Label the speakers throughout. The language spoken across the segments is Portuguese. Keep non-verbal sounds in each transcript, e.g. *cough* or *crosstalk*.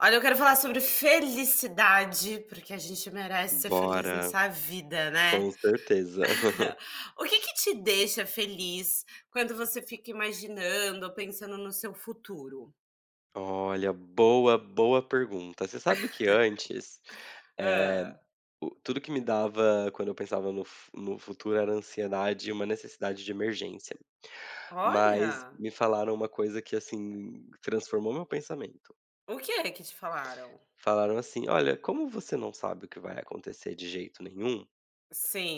Speaker 1: Olha, eu quero falar sobre felicidade, porque a gente merece ser feliz
Speaker 2: Bora,
Speaker 1: nessa vida, né.
Speaker 2: com certeza.
Speaker 1: *laughs*
Speaker 2: *laughs*
Speaker 1: O que que te deixa feliz quando você fica imaginando ou pensando no seu futuro?
Speaker 2: Olha, boa pergunta. Você sabe que antes, eh,
Speaker 1: Ah,
Speaker 2: o tudo que me dava quando eu pensava no fu no futuro era ansiedade e uma necessidade de emergência, mas
Speaker 1: olha,
Speaker 2: me falaram uma coisa que, assim, transformou meu pensamento.
Speaker 1: o que é que te falaram?
Speaker 2: Falaram assim: "Olha, como você não sabe o que vai acontecer de jeito nenhum,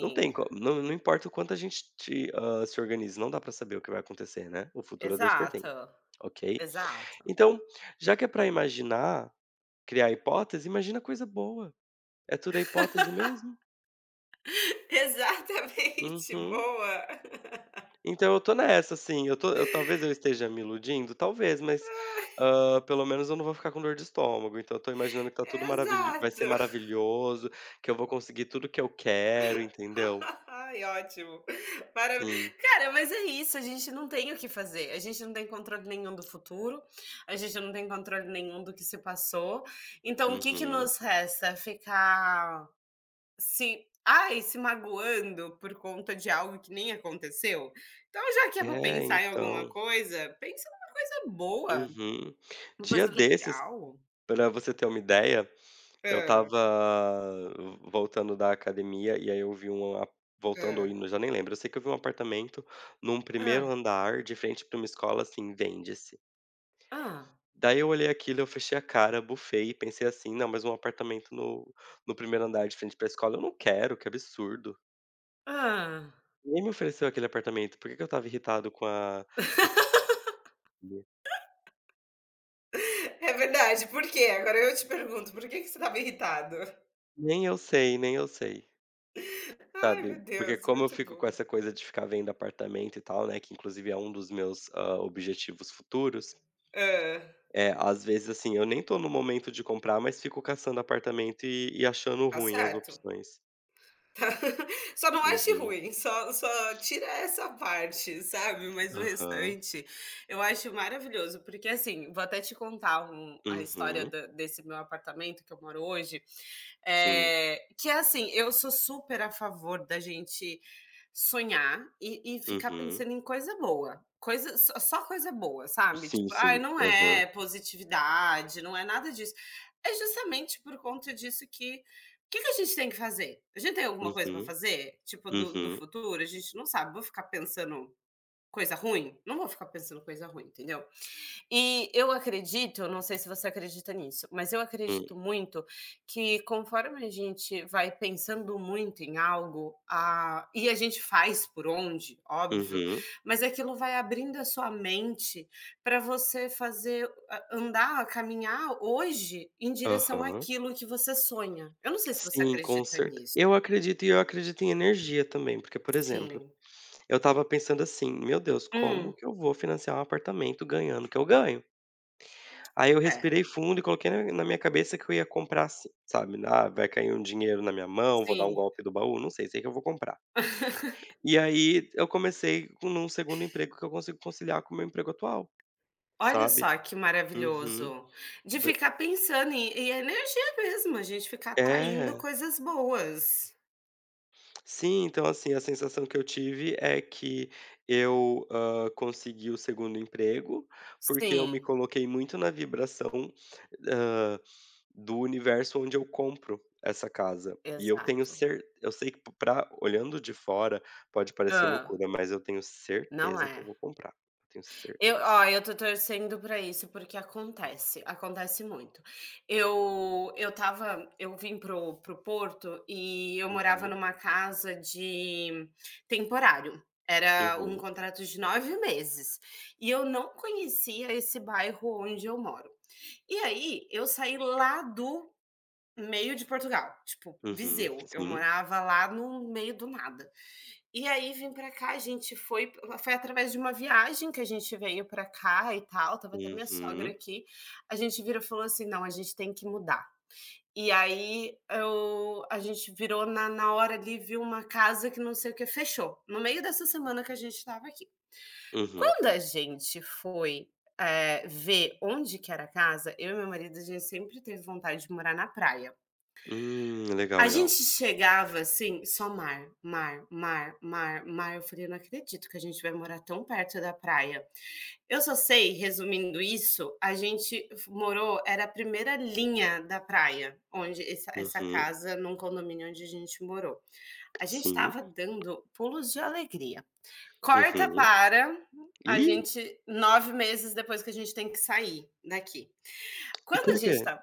Speaker 2: não tem co não importa o quanto a gente te se organize, não dá pra saber o que vai acontecer, né, o futuro a Deus pertence,
Speaker 1: exato,
Speaker 2: ok?
Speaker 1: exato.
Speaker 2: Então, já que é para imaginar, criar hipótese, imagina coisa boa. Tudo é hipótese
Speaker 1: *laughs*
Speaker 2: mesmo.
Speaker 1: Exatamente,
Speaker 2: Uhum.
Speaker 1: boa. *laughs*
Speaker 2: Então eu tô nessa, assim, eu tô eu talvez eu esteja me iludindo, talvez, mas, pelo menos eu não vou ficar com dor de estômago, então eu tô imaginando que tá tudo maravilhoso, vai ser
Speaker 1: Exato.
Speaker 2: maravilhoso, que eu vou conseguir tudo que eu quero, entendeu.
Speaker 1: Ai, ótimo. Maravi
Speaker 2: Sim.
Speaker 1: Cara, mas é isso, a gente não tem o que fazer, a gente não tem controle nenhum do futuro, a gente não tem controle nenhum do que se passou, então o que que
Speaker 2: Uhum.
Speaker 1: nos resta? Ficar se magoando por conta de algo que nem aconteceu? Então já que é pra
Speaker 2: É,
Speaker 1: pensar em alguma
Speaker 2: então.
Speaker 1: coisa, pensa numa coisa boa,
Speaker 2: Uhum.
Speaker 1: uma
Speaker 2: Dia
Speaker 1: coisa
Speaker 2: desses,
Speaker 1: legal.
Speaker 2: pra você ter uma ideia, eu
Speaker 1: Ah,
Speaker 2: estava voltando da academia e aí eu vi um a voltando ou
Speaker 1: ah,
Speaker 2: indo, já nem lembro, eu sei que eu vi um apartamento num primeiro andar de frente pra uma escola, assim, "vende-se".
Speaker 1: ah, ah.
Speaker 2: Daí eu olhei aquilo, eu fechei a cara, bufei e pensei assim: "Não, mas um apartamento no primeiro andar de frente pra escola eu não quero, que absurdo.
Speaker 1: Hã.
Speaker 2: Ninguém me ofereceu aquele apartamento, por que que eu estava irritado com a
Speaker 1: *laughs*
Speaker 2: possibilidade?".
Speaker 1: É verdade, por quê? Agora eu te pergunto, por que que você estava irritado?
Speaker 2: Nem eu sei, nem eu sei.
Speaker 1: Ai, meu
Speaker 2: Sabe, porque
Speaker 1: Deus,
Speaker 2: como eu
Speaker 1: muito
Speaker 2: fico com
Speaker 1: boa.
Speaker 2: essa coisa de ficar vendo apartamento e tal, né, que inclusive é um dos meus, objetivos futuros,
Speaker 1: Hã.
Speaker 2: é às vezes, assim, eu nem tô no momento de comprar, mas fico caçando apartamento e achando
Speaker 1: Tá
Speaker 2: ruim as
Speaker 1: certo.
Speaker 2: opções.
Speaker 1: Só não ache
Speaker 2: Uhum.
Speaker 1: ruim, só tira essa parte, sabe, mas o
Speaker 2: Aham.
Speaker 1: restante eu acho maravilhoso, porque, assim, vou até te contar a história
Speaker 2: Uhum.
Speaker 1: da desse meu apartamento que eu moro hoje,
Speaker 2: Sim.
Speaker 1: que é assim, eu sou super a favor da gente sonhar e ficar
Speaker 2: Uhum.
Speaker 1: pensando em coisa boa, coisa só coisa boa, sabe, tipo:
Speaker 2: Sim,
Speaker 1: "Ai,
Speaker 2: sim.
Speaker 1: não
Speaker 2: Aham.
Speaker 1: é positividade, não é nada disso". É justamente por conta disso que que a gente tem que fazer? A gente tem alguma coisa para
Speaker 2: Uhum.
Speaker 1: fazer? Tipo, do
Speaker 2: Uhum.
Speaker 1: futuro? A gente não sabe. Vou ficar pensando coisa ruim? Não vou ficar pensando coisa ruim, entendeu? E eu acredito, não sei se você acredita nisso, mas eu
Speaker 2: Hum.
Speaker 1: acredito muito que conforme a gente vai pensando muito em algo, e a gente faz por onde, óbvio,
Speaker 2: Uhum.
Speaker 1: mas aquilo vai abrindo a sua mente para você fazer andar, caminhar hoje em direção
Speaker 2: Aham.
Speaker 1: àquilo que você sonha. Eu não sei se você
Speaker 2: Sim, com
Speaker 1: acredita
Speaker 2: certe
Speaker 1: nisso.
Speaker 2: eu acredito e eu acredito em energia também, porque, por exemplo,
Speaker 1: Sim.
Speaker 2: eu estava pensando assim: "Meu Deus, como
Speaker 1: Hum,
Speaker 2: que eu vou financiar um apartamento ganhando o que eu ganho?". Aí eu
Speaker 1: é.
Speaker 2: respirei fundo e coloquei na minha cabeça que eu ia comprar sim, sabe. "Ah, vai cair um dinheiro na minha mão, vou dar um
Speaker 1: Sim.
Speaker 2: golpe do baú, não sei, sei que eu vou comprar".
Speaker 1: *laughs*
Speaker 2: E aí eu comecei com um segundo emprego que eu consigo conciliar com o meu emprego atual,
Speaker 1: Olha
Speaker 2: sabe.
Speaker 1: só que
Speaker 2: Uhum.
Speaker 1: maravilhoso. De
Speaker 2: Da
Speaker 1: ficar pensando e é energia mesmo, a gente ficar atraindo
Speaker 2: É.
Speaker 1: coisas boas.
Speaker 2: Sim, então, assim, a sensação que eu tive é que eu, consegui o segundo emprego, porque eu me
Speaker 1: Sim,
Speaker 2: coloquei muito na vibração, hã, do universo onde eu compro essa casa. E eu tenho
Speaker 1: exato.
Speaker 2: cer eu sei que pra olhando de fora pode parecer
Speaker 1: Hã.
Speaker 2: loucura, mas eu tenho
Speaker 1: Não
Speaker 2: certeza que eu
Speaker 1: é.
Speaker 2: vou comprar. Eu tenho
Speaker 1: Eu
Speaker 2: certeza.
Speaker 1: ó, eu tô torcendo pra isso, porque acontece, acontece muito. Eu vim pro Porto e eu morava
Speaker 2: Uhum,
Speaker 1: numa casa de temporário, era um
Speaker 2: uhum,
Speaker 1: contrato de 9 meses, e eu não conhecia esse bairro onde eu moro. E aí, eu saí lá do meio de Portugal, tipo,
Speaker 2: uhum,
Speaker 1: Viseu, eu
Speaker 2: sim,
Speaker 1: morava lá no meio do nada. E aí vim pra cá, a gente foi através de uma viagem que a gente veio pra cá e tal. Tava até minha sogra
Speaker 2: uhum,
Speaker 1: aqui, a gente virou e falou assim: "Não, a gente tem que mudar". E aí eu a gente virou na hora ali, viu uma casa que não sei o que fechou, no meio dessa semana que a gente estava aqui.
Speaker 2: uhum.
Speaker 1: Quando a gente foi, ver onde que era a casa, eu e meu marido, a gente sempre teve vontade de morar na praia.
Speaker 2: Legal,
Speaker 1: A gente
Speaker 2: legal.
Speaker 1: chegava, assim, só mar, mar, mar, mar, mar, eu falei: "Eu não acredito que a gente vai morar tão perto da praia". Eu só sei, resumindo isso, a gente f morou era a primeira linha da praia, onde essa
Speaker 2: Uhum,
Speaker 1: casa num condomínio onde a gente morou. A gente
Speaker 2: sim,
Speaker 1: estava dando pulos de alegria. Corta
Speaker 2: uhum.
Speaker 1: para a
Speaker 2: Ih!
Speaker 1: gente 9 meses depois que a gente tem que sair daqui.
Speaker 2: E
Speaker 1: Quando
Speaker 2: por
Speaker 1: a
Speaker 2: quê?
Speaker 1: gente tá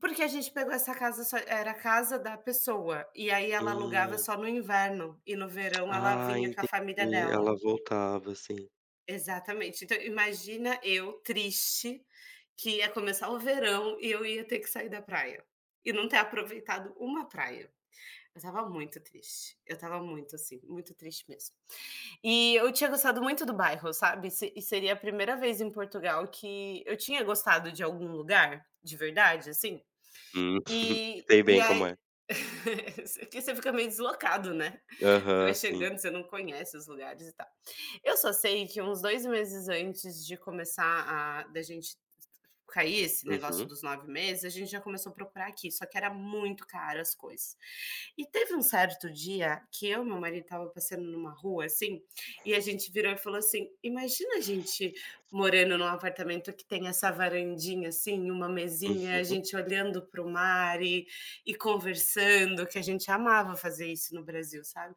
Speaker 1: Porque a gente pegou essa casa, só era a casa da pessoa, e aí ela alugava
Speaker 2: Hum.
Speaker 1: só no inverno, e no verão ela
Speaker 2: Ah,
Speaker 1: vinha com a família
Speaker 2: entendi.
Speaker 1: dela.
Speaker 2: Ela voltava, assim.
Speaker 1: Exatamente. Então imagina eu triste, que ia começar o verão e eu ia ter que sair da praia, e não ter aproveitado uma praia. Eu estava muito triste, eu estava muito, assim, muito triste mesmo. E eu tinha gostado muito do bairro, sabe, se e seria a primeira vez em Portugal que eu tinha gostado de algum lugar, de verdade, assim,
Speaker 2: Hum. *laughs*
Speaker 1: e
Speaker 2: Sei
Speaker 1: e
Speaker 2: bem como
Speaker 1: aí
Speaker 2: é.
Speaker 1: *laughs* porque você fica meio deslocado, né, você vai
Speaker 2: Aham, sim.
Speaker 1: chegando, você não conhece os lugares e tal. Eu só sei que uns 2 meses antes de começar a da gente porque aí esse negócio
Speaker 2: Uhum,
Speaker 1: dos 9 meses, a gente já começou a procurar aqui, só que era muito caro as coisas. E teve um certo dia que eu e meu marido tava passando numa rua assim, e a gente virou e falou assim: "Imagina a gente morando num apartamento que tem essa varandinha assim, uma mesinha, a
Speaker 2: uhum,
Speaker 1: gente olhando pro mar e conversando", que a gente amava fazer isso no Brasil, sabe?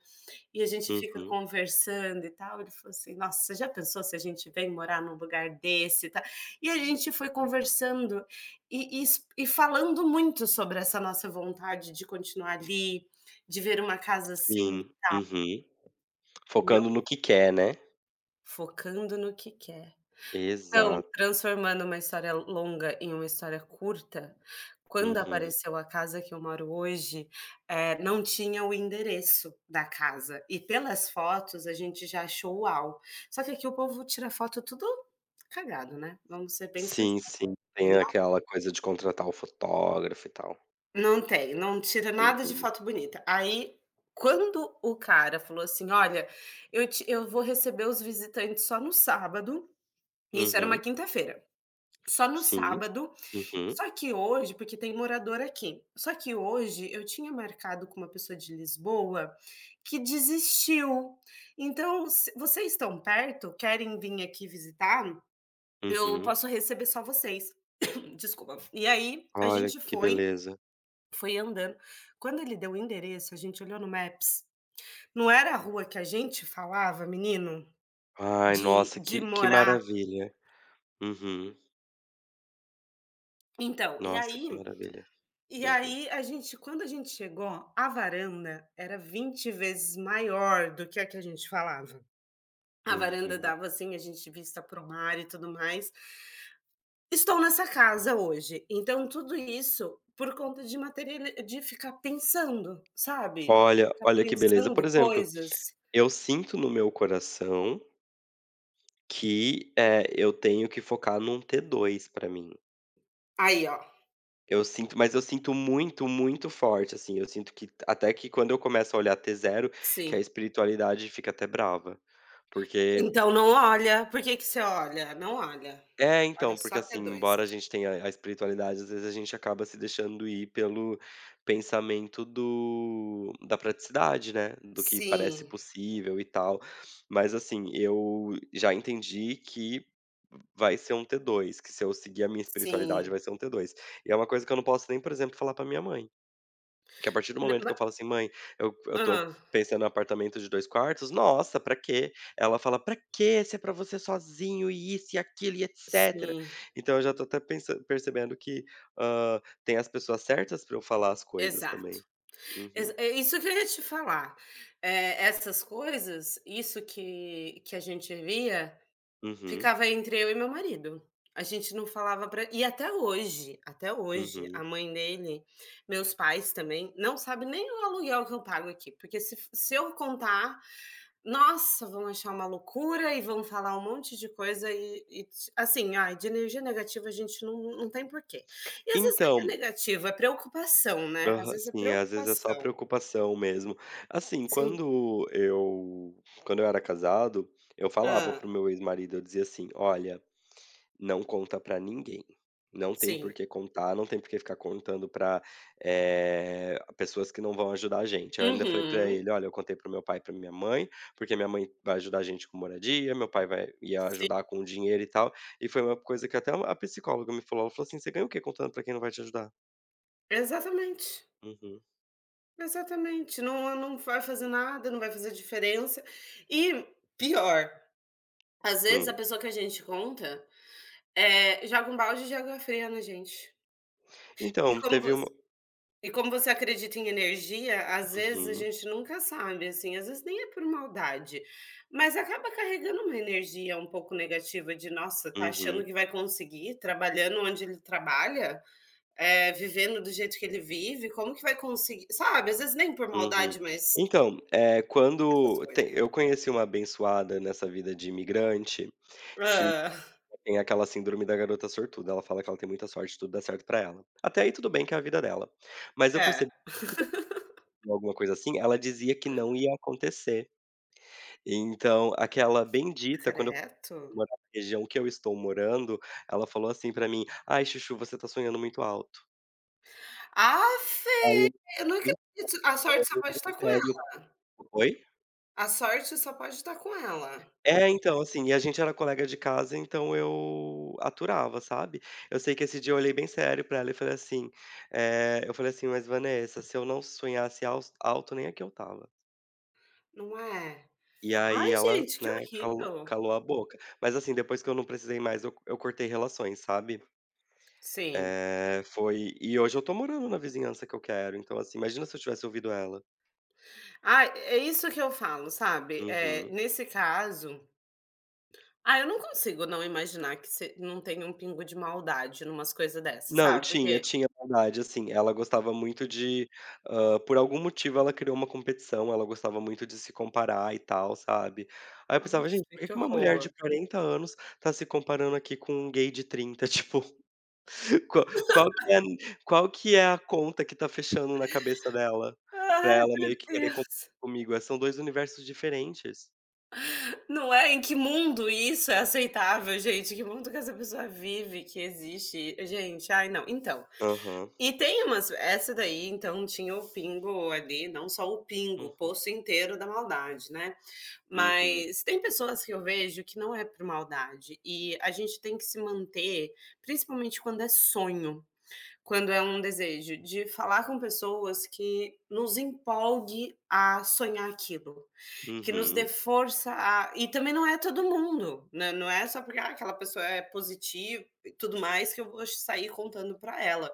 Speaker 1: E a gente fica
Speaker 2: uhum.
Speaker 1: conversando e tal, ele falou assim: "Nossa, você já pensou se a gente vem morar num lugar desse e tal?". E a gente foi conversando e falando muito sobre essa nossa vontade de continuar ali, de ver uma casa assim,
Speaker 2: Sim. Uhum.
Speaker 1: entendeu,
Speaker 2: Focando no que quer, né.
Speaker 1: focando no que quer. Então,
Speaker 2: Exato.
Speaker 1: transformando uma história longa em uma história curta, quando
Speaker 2: Uhum.
Speaker 1: apareceu a casa que eu moro hoje, não tinha o endereço da casa e pelas fotos a gente já achou "uau". Só que aqui o povo tira foto tudo cagado, né, vamos ser bem sinceros.
Speaker 2: Sim, sim. Tem aquela coisa de contratar o fotógrafo e tal.
Speaker 1: Não tem, não tira nada de
Speaker 2: Uhum.
Speaker 1: foto bonita. Aí, quando o cara falou assim: "Olha, eu vou receber os visitantes só no sábado", isso era uma
Speaker 2: Uhum.
Speaker 1: quinta-feira. "Só no
Speaker 2: Sim.
Speaker 1: sábado.
Speaker 2: Uhum.
Speaker 1: Só que hoje porque tem morador aqui. Só que hoje eu tinha marcado com uma pessoa de Lisboa que desistiu. Então, se vocês estão perto, querem vir aqui visitar? Eu
Speaker 2: Uhum.
Speaker 1: posso receber só vocês". *coughs* Desculpa. E aí a
Speaker 2: Olha
Speaker 1: gente
Speaker 2: que
Speaker 1: foi,
Speaker 2: beleza.
Speaker 1: foi andando. Quando ele deu o endereço, a gente olhou no Maps, não era a rua que a gente falava, menino,
Speaker 2: Ai,
Speaker 1: de
Speaker 2: nossa,
Speaker 1: de
Speaker 2: que
Speaker 1: morar
Speaker 2: maravilha. Uhum.
Speaker 1: então, e
Speaker 2: Nossa, que
Speaker 1: aí
Speaker 2: maravilha.
Speaker 1: e
Speaker 2: Uhum.
Speaker 1: aí a gente quando a gente chegou, a varanda era 20 vezes maior do que a gente falava. A varanda
Speaker 2: Uhum.
Speaker 1: dava, assim, a gente vista para o mar e tudo mais. Estou nessa casa hoje, então tudo isso por conta de materiali de ficar pensando, sabe?
Speaker 2: Olha,
Speaker 1: Ficar
Speaker 2: olha que beleza. Por
Speaker 1: pensando
Speaker 2: exemplo,
Speaker 1: coisas.
Speaker 2: eu sinto no meu coração que, eu tenho que focar num T2 pra mim.
Speaker 1: Aí, ó,
Speaker 2: Eu sinto, mas eu sinto muito, muito forte, assim, eu sinto que até que quando eu começo a olhar T0, que a
Speaker 1: sim.
Speaker 2: espiritualidade fica até brava, porque
Speaker 1: Então não olha, por que que você olha? Não olha,
Speaker 2: é,
Speaker 1: olha
Speaker 2: então,
Speaker 1: só
Speaker 2: porque
Speaker 1: até
Speaker 2: assim,
Speaker 1: dois.
Speaker 2: embora a gente tenha a espiritualidade, às vezes a gente acaba se deixando ir pelo pensamento do da praticidade, né, do que parece
Speaker 1: Sim,
Speaker 2: possível e tal. Mas assim, eu já entendi que vai ser um T2, que se eu seguir a minha espiritualidade
Speaker 1: sim.
Speaker 2: vai ser um T2. E é uma coisa que eu não posso nem, por exemplo, falar pra minha mãe. Que a partir do
Speaker 1: N
Speaker 2: momento
Speaker 1: ma
Speaker 2: que eu falo assim: "Mãe, eu tô
Speaker 1: Hã,
Speaker 2: pensando em um apartamento de 2 quartos", "Nossa, pra quê?". Ela fala: "Pra quê? Se é pra você sozinho e isso e aquilo e etcétera".
Speaker 1: sim,
Speaker 2: Então eu já tô até pensan percebendo que, tem as pessoas certas pra eu falar as coisas também.
Speaker 1: exato.
Speaker 2: Uhum,
Speaker 1: Exa É isso que eu ia te falar. Essas coisas, isso que a gente via,
Speaker 2: uhum,
Speaker 1: ficava entre eu e meu marido. A gente não falava pra e até hoje, a
Speaker 2: uhum.
Speaker 1: mãe dele, meus pais também, não sabe nem o aluguel que eu pago aqui, porque se eu contar, nossa, vão achar uma loucura e vão falar um monte de coisa e ti assim, ai, de energia negativa a gente não tem porquê. E às vezes nem
Speaker 2: Então,
Speaker 1: é negativa, é preocupação, né, às
Speaker 2: aham,
Speaker 1: vezes é
Speaker 2: sim, às vezes é só
Speaker 1: preocupação.
Speaker 2: preocupação mesmo. Assim,
Speaker 1: Sim.
Speaker 2: quando eu era casado, eu falava para o
Speaker 1: Ah.
Speaker 2: meu ex-marido, eu dizia assim: "Olha". Não conta pra ninguém. Não tem por
Speaker 1: Sim.
Speaker 2: que contar, não tem por que ficar contando pra, pessoas que não vão ajudar a gente. Eu ainda falei pra
Speaker 1: Uhum.
Speaker 2: ele: "Olha, eu contei para meu pai e pra minha mãe, porque minha mãe vai ajudar a gente com moradia, meu pai vai ia
Speaker 1: Sim,
Speaker 2: ajudar com o dinheiro e tal". E foi uma coisa que até a psicóloga me falou, ela falou assim: "Você ganha o quê contando pra quem não vai te ajudar?".
Speaker 1: exatamente,
Speaker 2: Uhum.
Speaker 1: exatamente. Não vai fazer nada, não vai fazer diferença. E pior, às vezes
Speaker 2: Hum.
Speaker 1: a pessoa que a gente conta, é joga um balde de água fria na gente. E
Speaker 2: Então,
Speaker 1: como
Speaker 2: teve uma
Speaker 1: você e como você acredita em energia, às vezes a
Speaker 2: uhum,
Speaker 1: gente nunca sabe, assim, às vezes nem é por maldade, mas acaba carregando uma energia um pouco negativa de: "Nossa, tá achando
Speaker 2: uhum,
Speaker 1: que vai conseguir trabalhando onde ele trabalha?". Vivendo do jeito que ele vive, como que vai conseguir, sabe, às vezes nem por
Speaker 2: uhum.
Speaker 1: maldade, mas
Speaker 2: Então,
Speaker 1: essas
Speaker 2: quando te
Speaker 1: coisas.
Speaker 2: eu conheci uma abençoada nessa vida de imigrante que
Speaker 1: Hã.
Speaker 2: tem aquela síndrome da garota sortuda, ela fala que ela tem muita sorte, tudo dá certo pra ela. Até aí tudo bem que é a vida dela. Mas eu
Speaker 1: É.
Speaker 2: percebi que tudo que eu fazia alguma coisa assim, ela dizia que não ia acontecer. Então aquela bendita, quando eu fui
Speaker 1: Credo.
Speaker 2: morar na região que eu estou morando, ela falou assim pra mim: "Ai, Chuchu, você tá sonhando muito alto".
Speaker 1: Afe,
Speaker 2: Aí eu:
Speaker 1: eu não
Speaker 2: fiquei
Speaker 1: acredito. A sorte só pode estar com ela.
Speaker 2: "Sério". Oi?
Speaker 1: A sorte só pode estar com ela,
Speaker 2: É, então, assim, e a gente era colega de casa, então eu aturava, sabe. Eu sei que esse dia eu olhei bem sério pra ela e falei assim, eu falei assim: "Mas Vanessa, se eu não sonhasse aus alto, nem aqui eu estava".
Speaker 1: não é?
Speaker 2: E aí
Speaker 1: Ai,
Speaker 2: ela,
Speaker 1: gente, que
Speaker 2: né, calou
Speaker 1: horrível.
Speaker 2: calou a boca. Mas, assim, depois que eu não precisei mais, eu cortei relações, sabe.
Speaker 1: Sim.
Speaker 2: Eh, foi e hoje eu tô morando na vizinhança que eu quero, então, assim, imagina se eu tivesse ouvido ela.
Speaker 1: Ah, é isso que eu falo, sabe, é
Speaker 2: Uhum.
Speaker 1: nesse caso eu não consigo não imaginar que se não tenha um pingo de maldade numas coisas dessa,
Speaker 2: Não,
Speaker 1: sabe,
Speaker 2: tinha,
Speaker 1: porque,
Speaker 2: tinha maldade, assim, ela gostava muito de por algum motivo ela criou uma competição, ela gostava muito de se comparar e tal, sabe. Aí eu pensava:
Speaker 1: aff,
Speaker 2: "Gente, por que
Speaker 1: que
Speaker 2: que uma mulher de
Speaker 1: horror.
Speaker 2: 40 anos tá se comparando aqui com um gay de 30? *laughs* Tipo, qual qual que é qual que é a conta que tá fechando na cabeça dela, pra
Speaker 1: Ai,
Speaker 2: ela
Speaker 1: meu
Speaker 2: meio que querer competir
Speaker 1: Deus.
Speaker 2: comigo? São dois universos diferentes.
Speaker 1: Não é? Em que mundo isso é aceitável, gente? Que mundo que essa pessoa vive, que existe? Gente, ai, não. Então,
Speaker 2: Aham.
Speaker 1: e tem umas. Essa daí, então, tinha o pingo ali, não só o pingo, o
Speaker 2: Uhum.
Speaker 1: poço inteiro da maldade, né?
Speaker 2: Uhum.
Speaker 1: Mas tem pessoas que eu vejo que não é por maldade. E a gente tem que se manter, principalmente quando é sonho, quando é um desejo, de falar com pessoas que nos empolgue a sonhar aquilo. Que nos dê
Speaker 2: Uhum.
Speaker 1: força a e também não é todo mundo, né, não é só porque, ah, aquela pessoa é positiva e tudo mais que eu vou sair contando para ela.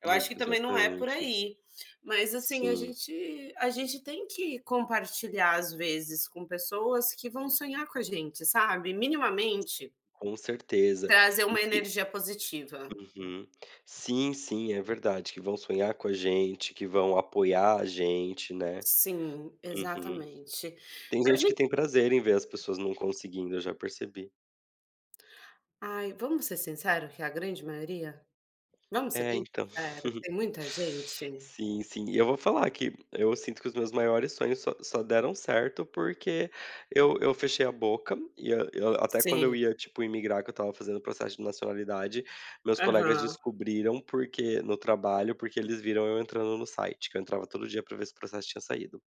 Speaker 1: Eu acho que também não é por
Speaker 2: Exatamente.
Speaker 1: aí. Mas, assim, a
Speaker 2: Sim,
Speaker 1: gente a gente tem que compartilhar, às vezes, com pessoas que vão sonhar com a gente, sabe, minimamente
Speaker 2: com certeza.
Speaker 1: trazer
Speaker 2: E
Speaker 1: uma
Speaker 2: que
Speaker 1: energia positiva.
Speaker 2: Uhum. Sim, sim, é verdade, que vão sonhar com a gente, que vão apoiar a gente, né.
Speaker 1: Sim,
Speaker 2: Uhum.
Speaker 1: exatamente.
Speaker 2: Tem
Speaker 1: A
Speaker 2: gente que
Speaker 1: gente
Speaker 2: tem prazer em ver as pessoas não conseguindo, eu já percebi.
Speaker 1: Ai, vamos ser sinceros que é a grande maioria? Vamos ser
Speaker 2: É,
Speaker 1: bem
Speaker 2: então.
Speaker 1: sinceros, que tem muita gente?
Speaker 2: Sim, sim. E eu vou falar que eu sinto que os meus maiores sonhos só deram certo porque eu fechei a boca e eu até quando eu
Speaker 1: Sim.
Speaker 2: ia, tipo, imigrar, que eu estava fazendo o processo de nacionalidade, meus colegas
Speaker 1: Aham.
Speaker 2: descobriram porque no trabalho, porque eles viram eu entrando no site, que eu entrava todo dia pra ver se o processo tinha saído.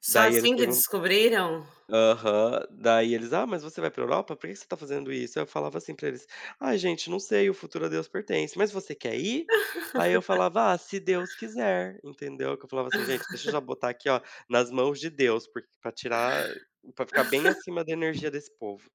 Speaker 1: Só
Speaker 2: Daí eles
Speaker 1: assim que
Speaker 2: perguntam,
Speaker 1: descobriram?
Speaker 2: aham. Daí eles: "Ah, mas você vai pra Europa? Por que que você tá fazendo isso?". Aí eu falava assim pra eles: "Ai gente, não sei, o futuro a Deus pertence, mas você quer ir?". Aí eu
Speaker 1: *laughs*
Speaker 2: falava: "Ah, se Deus quiser", entendeu? Que eu falava assim: "Gente, deixa eu já botar aqui, ó, nas mãos de Deus, porque pra ficar bem acima da energia desse povo".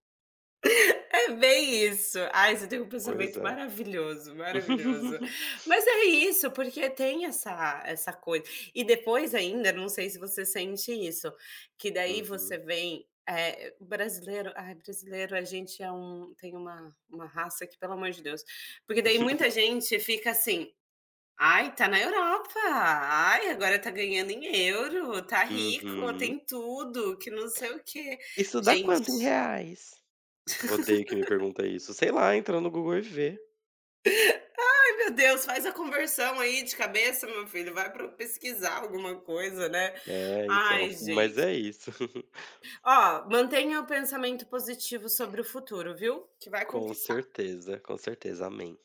Speaker 1: É bem isso. Ai, você tem um
Speaker 2: Pois
Speaker 1: pensamento
Speaker 2: é.
Speaker 1: maravilhoso, maravilhoso.
Speaker 2: *laughs*
Speaker 1: Mas é isso, porque tem essa coisa. E depois ainda, não sei se você sente isso, que daí você
Speaker 2: Uhum.
Speaker 1: vem, o brasileiro, ai, brasileiro a gente é tem uma raça que, pelo amor de Deus. Porque daí muita
Speaker 2: *laughs*
Speaker 1: gente fica assim: "Ai, tá na Europa. Ai, agora tá ganhando em euro, tá rico,
Speaker 2: Uhum.
Speaker 1: tem tudo, que não sei o quê".
Speaker 2: "Isso dá
Speaker 1: Gente,
Speaker 2: quanto em reais?". Odeio que me pergunta isso. Sei lá, entra no Google e vê.
Speaker 1: ai, meu Deus, faz a conversão aí de cabeça, meu filho, vai para pesquisar alguma coisa, né.
Speaker 2: É, então.
Speaker 1: Ai,
Speaker 2: Mas
Speaker 1: gente.
Speaker 2: é isso. *laughs*
Speaker 1: Ó, mantenha o pensamento positivo sobre o futuro, viu, que vai
Speaker 2: Com
Speaker 1: conquistar.
Speaker 2: certeza, com certeza. Amém.